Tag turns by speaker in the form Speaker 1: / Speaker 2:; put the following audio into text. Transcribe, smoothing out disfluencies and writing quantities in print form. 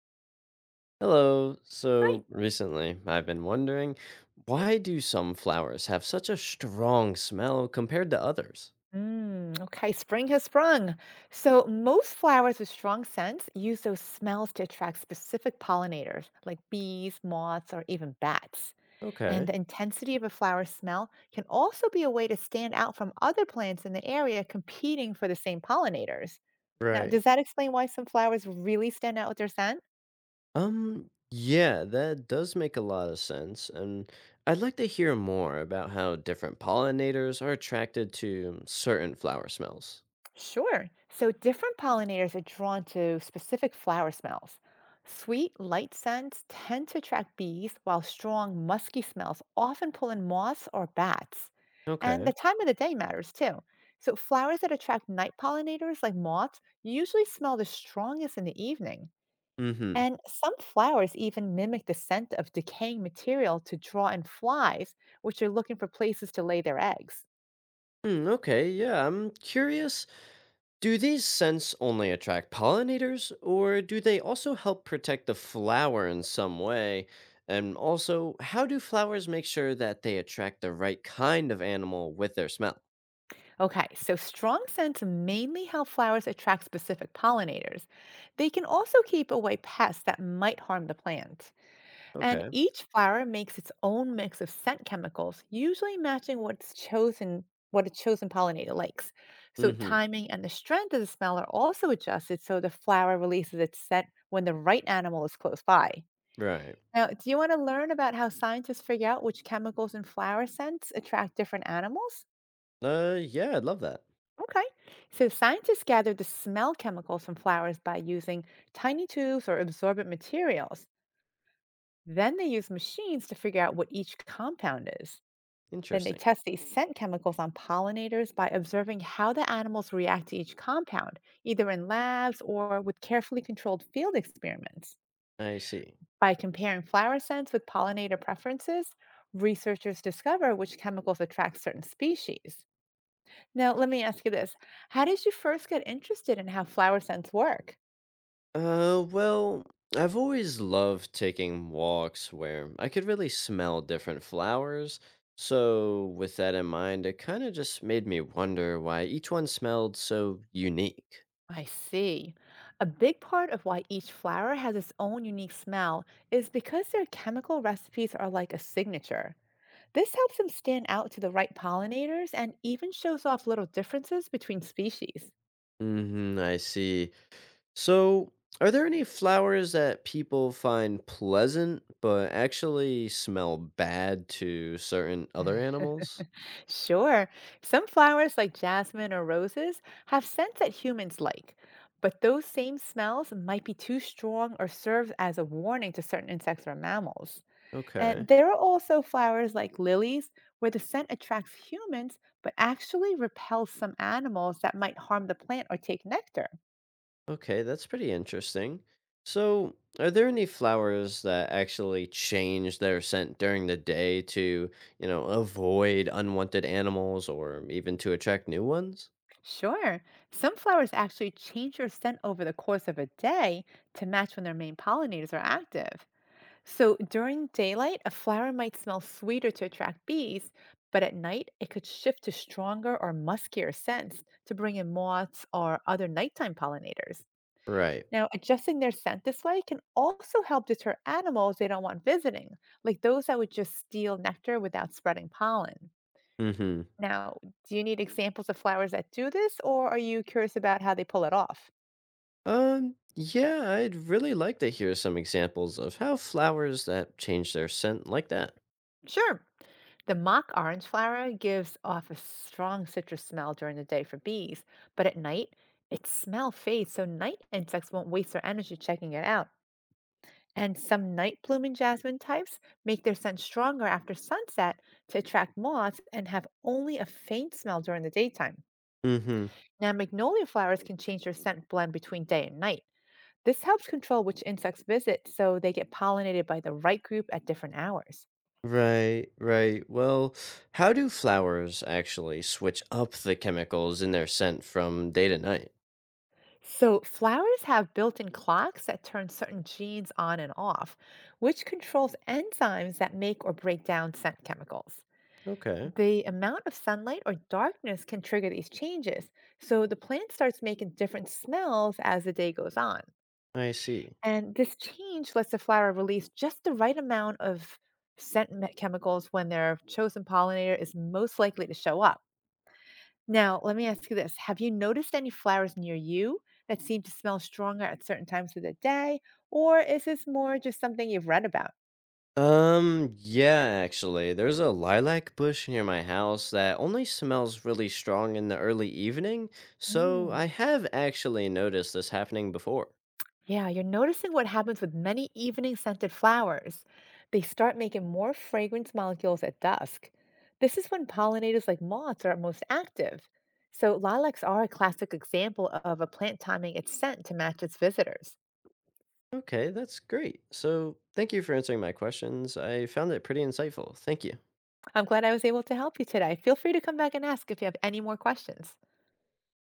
Speaker 1: Hello.
Speaker 2: Hi.
Speaker 1: So recently, I've been wondering why do some flowers have such a strong smell compared to others?
Speaker 2: Mm, okay, spring has sprung. So, most flowers with strong scents use those smells to attract specific pollinators, like bees, moths, or even bats. And
Speaker 1: Okay.
Speaker 2: the intensity of a flower's smell can also be a way to stand out from other plants in the area competing for the same pollinators. Now,
Speaker 1: Right.
Speaker 2: does that explain why some flowers really stand out with their scent?
Speaker 1: Yeah, that does make a lot of sense. And I'd like to hear more about how different pollinators are attracted to certain flower smells.
Speaker 2: Sure. So different pollinators are drawn to specific flower smells. Sweet, light scents tend to attract bees, while strong, musky smells often pull in moths or bats. And
Speaker 1: Okay.
Speaker 2: the time of the day matters too. So flowers that attract night pollinators, like moths, usually smell the strongest in the evening.
Speaker 1: Mm-hmm.
Speaker 2: And some flowers even mimic the scent of decaying material to draw in flies, which are looking for places to lay their eggs.
Speaker 1: Mm, okay, yeah, I'm curious. Do these scents only attract pollinators, or do they also help protect the flower in some way? And also, how do flowers make sure that they attract the right kind of animal with their smell?
Speaker 2: Okay, so strong scents mainly help flowers attract specific pollinators. They can also keep away pests that might harm the plant. And
Speaker 1: Okay.
Speaker 2: each flower makes its own mix of scent chemicals, usually matching what a chosen pollinator likes. So
Speaker 1: Mm hmm.
Speaker 2: timing and the strength of the smell are also adjusted so the flower releases its scent when the right animal is close by.
Speaker 1: Right.
Speaker 2: Now, do you want to learn about how scientists figure out which chemicals in flower scents attract different animals?
Speaker 1: Yeah, I'd love that.
Speaker 2: Okay. So scientists gather the smell chemicals from flowers by using tiny tubes or absorbent materials. Then they use machines to figure out what each compound is. Then they
Speaker 1: Interesting.
Speaker 2: test these scent chemicals on pollinators by observing how the animals react to each compound, either in labs or with carefully controlled field experiments.
Speaker 1: I see.
Speaker 2: By comparing flower scents with pollinator preferences, researchers discover which chemicals attract certain species. Now, let me ask you this. How did you first get interested in how flower scents work?
Speaker 1: Well, I've always loved taking walks where I could really smell different flowers. So, with that in mind, it kind of just made me wonder why each one smelled so unique.
Speaker 2: I see. A big part of why each flower has its own unique smell is because their chemical recipes are like a signature. This helps them stand out to the right pollinators and even shows off little differences between species.
Speaker 1: Mm-hmm, I see. So, are there any flowers that people find pleasant but actually smell bad to certain other animals?
Speaker 2: Sure, some flowers like jasmine or roses have scents that humans like, but those same smells might be too strong or serve as a warning to certain insects or mammals.
Speaker 1: Okay.
Speaker 2: And there are also flowers like lilies, where the scent attracts humans but actually repels some animals that might harm the plant or take nectar.
Speaker 1: Okay, that's pretty interesting. So, are there any flowers that actually change their scent during the day to, avoid unwanted animals or even to attract new ones?
Speaker 2: Sure, some flowers actually change their scent over the course of a day to match when their main pollinators are active. So during daylight, a flower might smell sweeter to attract bees, but at night, it could shift to stronger or muskier scents to bring in moths or other nighttime pollinators.
Speaker 1: Right.
Speaker 2: Now, adjusting their scent this way can also help deter animals they don't want visiting, like those that would just steal nectar without spreading pollen.
Speaker 1: Mm-hmm.
Speaker 2: Now, do you need examples of flowers that do this, or are you curious about how they pull it off?
Speaker 1: Yeah, I'd really like to hear some examples of how flowers that change their scent like that.
Speaker 2: Sure. The mock orange flower gives off a strong citrus smell during the day for bees, but at night, its smell fades so night insects won't waste their energy checking it out. And some night blooming jasmine types make their scent stronger after sunset to attract moths and have only a faint smell during the daytime.
Speaker 1: Mm-hmm.
Speaker 2: Now, magnolia flowers can change their scent blend between day and night. This helps control which insects visit so they get pollinated by the right group at different hours.
Speaker 1: Right, right. Well, how do flowers actually switch up the chemicals in their scent from day to night?
Speaker 2: So, flowers have built in clocks that turn certain genes on and off, which controls enzymes that make or break down scent chemicals.
Speaker 1: Okay,
Speaker 2: The amount of sunlight or darkness can trigger these changes, so the plant starts making different smells as the day goes on.
Speaker 1: I see.
Speaker 2: And this change lets the flower release just the right amount of chemicals when their chosen pollinator is most likely to show up. Now, let me ask you this. Have you noticed any flowers near you that seem to smell stronger at certain times of the day, or is this more just something you've read about?
Speaker 1: Yeah, actually, there's a lilac bush near my house that only smells really strong in the early evening, so I
Speaker 2: Mhm.
Speaker 1: have actually noticed this happening before.
Speaker 2: Yeah, you're noticing what happens with many evening scented flowers. They start making more fragrance molecules at dusk. This is when pollinators like moths are most active. So, lilacs are a classic example of a plant timing its scent to match its visitors.
Speaker 1: Okay, that's great. So, thank you for answering my questions. I found it pretty insightful. Thank you.
Speaker 2: I'm glad I was able to help you today. Feel free to come back and ask if you have any more questions.